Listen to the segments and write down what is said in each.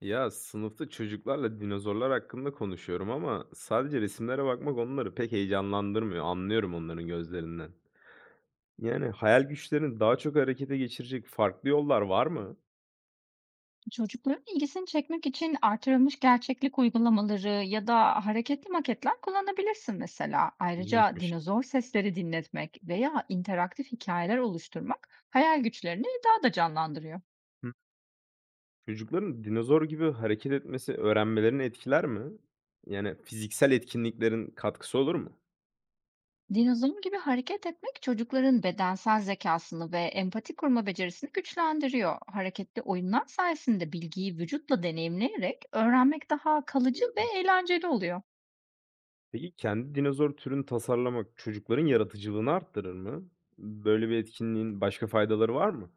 Ya, sınıfta çocuklarla dinozorlar hakkında konuşuyorum ama sadece resimlere bakmak onları pek heyecanlandırmıyor. Anlıyorum onların gözlerinden. Yani hayal güçlerini daha çok harekete geçirecek farklı yollar var mı? Çocukların ilgisini çekmek için artırılmış gerçeklik uygulamaları ya da hareketli maketler kullanabilirsin mesela. Ayrıca İlginçmiş. dinozor sesleri dinletmek veya interaktif hikayeler oluşturmak hayal güçlerini daha da canlandırıyor. Hı. Çocukların dinozor gibi hareket etmesi öğrenmelerini etkiler mi? Yani fiziksel etkinliklerin katkısı olur mu? Dinozor gibi hareket etmek çocukların bedensel zekasını ve empati kurma becerisini güçlendiriyor. Hareketli oyunlar sayesinde bilgiyi vücutla deneyimleyerek öğrenmek daha kalıcı Bilmiyordum. ve eğlenceli oluyor. Peki kendi dinozor türünü tasarlamak çocukların yaratıcılığını arttırır mı? Böyle bir etkinliğin başka faydaları var mı?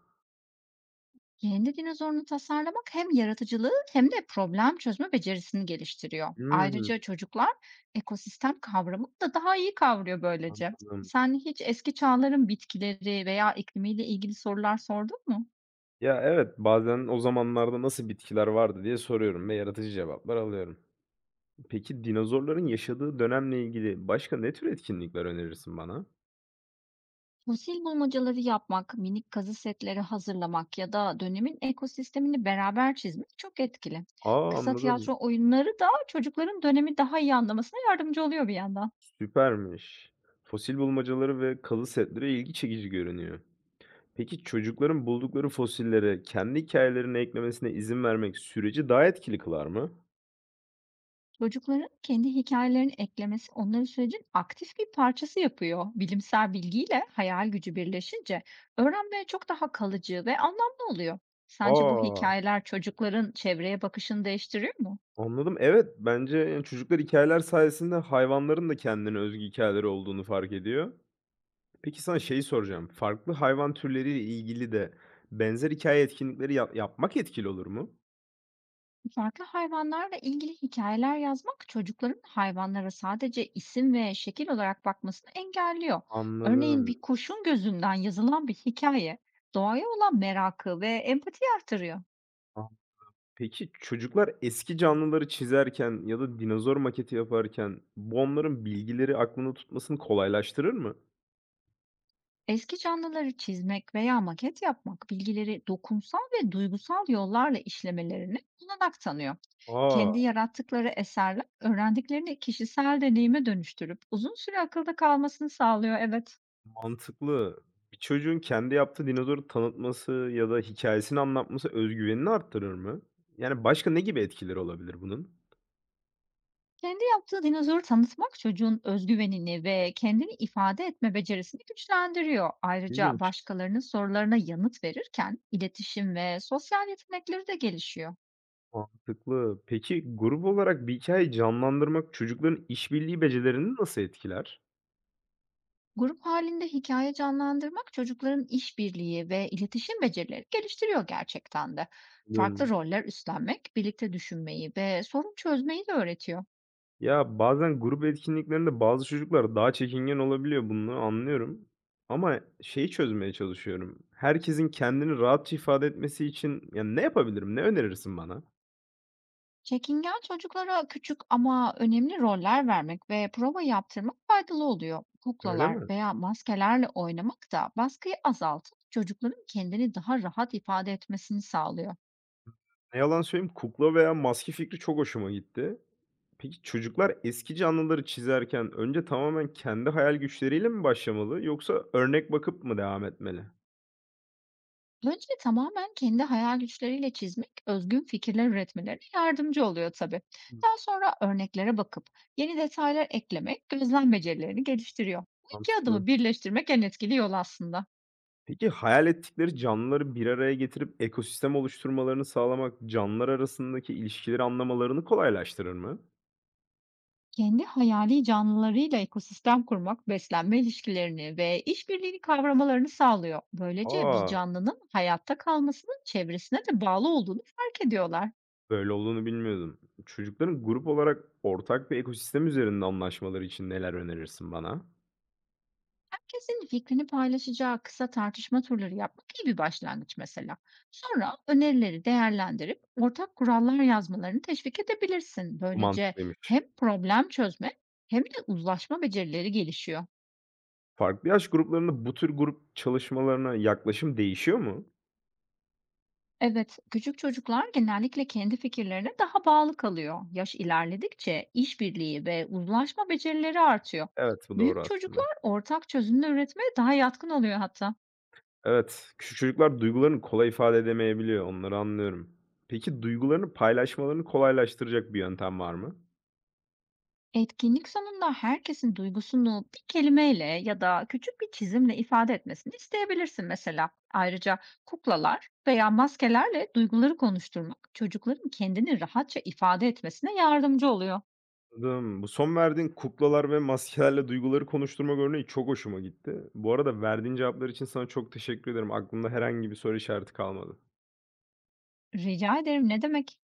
Kendi dinozorunu tasarlamak hem yaratıcılığı hem de problem çözme becerisini geliştiriyor. Hmm, Ayrıca çocuklar ekosistem kavramını da daha iyi kavruyor böylece. anladım. Sen hiç eski çağların bitkileri veya iklimiyle ilgili sorular sordun mu? Ya, evet, bazen o zamanlarda nasıl bitkiler vardı diye soruyorum ve yaratıcı cevaplar alıyorum. Peki dinozorların yaşadığı dönemle ilgili başka ne tür etkinlikler önerirsin bana? Fosil bulmacaları yapmak, minik kazı setleri hazırlamak ya da dönemin ekosistemini beraber çizmek çok etkili. Aa, Kısa anladım. tiyatro oyunları da çocukların dönemi daha iyi anlamasına yardımcı oluyor bir yandan. Süpermiş. Fosil bulmacaları ve kazı setleri ilgi çekici görünüyor. Peki çocukların buldukları fosilleri kendi hikayelerine eklemesine izin vermek süreci daha etkili kılar mı? Çocukların kendi hikayelerini eklemesi onları sürecin aktif bir parçası yapıyor. Bilimsel bilgiyle hayal gücü birleşince öğrenmeye çok daha kalıcı ve anlamlı oluyor. Sence bu Aa, hikayeler çocukların çevreye bakışını değiştiriyor mu? anladım. Evet, bence, yani, çocuklar hikayeler sayesinde hayvanların da kendine özgü hikâyeleri olduğunu fark ediyor. Peki sana şeyi soracağım. Farklı hayvan türleriyle ilgili de benzer hikaye etkinlikleri yapmak etkili olur mu? Farklı hayvanlarla ilgili hikayeler yazmak çocukların hayvanlara sadece isim ve şekil olarak bakmasını engelliyor. Örneğin Anladım. bir kuşun gözünden yazılan bir hikaye doğaya olan merakı ve empati artırıyor. A, peki çocuklar eski canlıları çizerken ya da dinozor maketi yaparken bu onların bilgileri aklında tutmasını kolaylaştırır mı? Eski canlıları çizmek veya maket yapmak bilgileri dokunsal ve duygusal yollarla işlemelerini olanak tanıyor. Aa, Kendi yarattıkları eserler öğrendiklerini kişisel deneyime dönüştürüp uzun süre akılda kalmasını sağlıyor, evet. mantıklı. Bir çocuğun kendi yaptığı dinozoru tanıtması ya da hikayesini anlatması güvenini arttırır mı? Yani başka ne gibi etkileri olabilir bunun? Kendi yaptığı dinozoru tanıtmak çocuğun özgüvenini ve kendini ifade etme becerisini güçlendiriyor. Ayrıca İlginç. başkalarının sorularına yanıt verirken iletişim ve sosyal yetenekleri de gelişiyor. Mantıklı. Peki, grup olarak bir hikâyeyi canlandırmak çocukların işbirliği becerilerini nasıl etkiler? Grup halinde hikaye canlandırmak çocukların işbirliği ve iletişim becerileri geliştiriyor gerçekten de. Farklı Anladım. roller üstlenmek, birlikte düşünmeyi ve sorun çözmeyi de öğretiyor. Ya, bazen grup etkinliklerinde bazı çocuklar daha çekingen olabiliyor, bunu anlıyorum ama şeyi çözmeye çalışıyorum. Herkesin kendini rahatça ifade etmesi için, ya, ne yapabilirim? Ne önerirsin bana? Çekingen çocuklara küçük ama önemli roller vermek ve prova yaptırmak faydalı oluyor. Öyle Kuklalar mi? veya maskelerle oynamak da baskıyı azaltıp çocukların kendini daha rahat ifade etmesini sağlıyor. Ne yalan söyleyeyim, kukla veya maske fikri çok hoşuma gitti. Peki, çocuklar eski canlıları çizerken önce tamamen kendi hayal güçleriyle mi başlamalı yoksa örnek bakıp mı devam etmeli? Önce tamamen kendi hayal güçleriyle çizmek, özgün fikirler üretmelerine yardımcı oluyor tabii. Hımm, Daha sonra örneklere bakıp yeni detaylar eklemek gözlem becerilerini geliştiriyor. Bu iki mantıklı. adımı birleştirmek en etkili yol aslında. Peki, hayal ettikleri canlıları bir araya getirip ekosistem oluşturmalarını sağlamak, canlılar arasındaki ilişkileri anlamalarını kolaylaştırır mı? Kendi hayali canlılarıyla ekosistem kurmak, beslenme ilişkilerini ve işbirliğini kavramalarını sağlıyor. Böylece bir A! canlının hayatta kalmasının çevresine de bağlı olduğunu fark ediyorlar. Böyle olduğunu bilmiyordum. Çocukların grup olarak ortak bir ekosistem üzerinde anlaşmaları için neler önerirsin bana? Herkesin fikrini paylaşacağı kısa tartışma turları yapmak iyi bir başlangıç mesela. Sonra önerileri değerlendirip ortak kurallar yazmalarını teşvik edebilirsin. Bu Böylece mantıklıymış. hem problem çözme hem de uzlaşma becerileri gelişiyor. Farklı yaş gruplarında bu tür grup çalışmalarına yaklaşım değişiyor mu? Evet, küçük çocuklar genellikle kendi fikirlerine daha bağlı kalıyor. Yaş ilerledikçe işbirliği ve uzlaşma becerileri artıyor. Evet, bu doğru Büyük aslında. çocuklar ortak çözümler üretmeye daha yatkın oluyor hatta. Evet, küçük çocuklar duygularını kolay ifade edemeyebiliyor, onları anlıyorum. Peki duygularını paylaşmalarını kolaylaştıracak bir yöntem var mı? Etkinlik sonunda herkesin duygusunu bir kelimeyle ya da küçük bir çizimle ifade etmesini isteyebilirsin mesela. Ayrıca kuklalar veya maskelerle duyguları konuşturmak çocukların kendini rahatça ifade etmesine yardımcı oluyor. Anladım. Bu son verdiğin kuklalar ve maskelerle duyguları konuşturmak örneği çok hoşuma gitti. Bu arada verdiğin cevaplar için sana çok teşekkür ederim. Aklımda herhangi bir soru işareti kalmadı. Rica ederim, ne demek?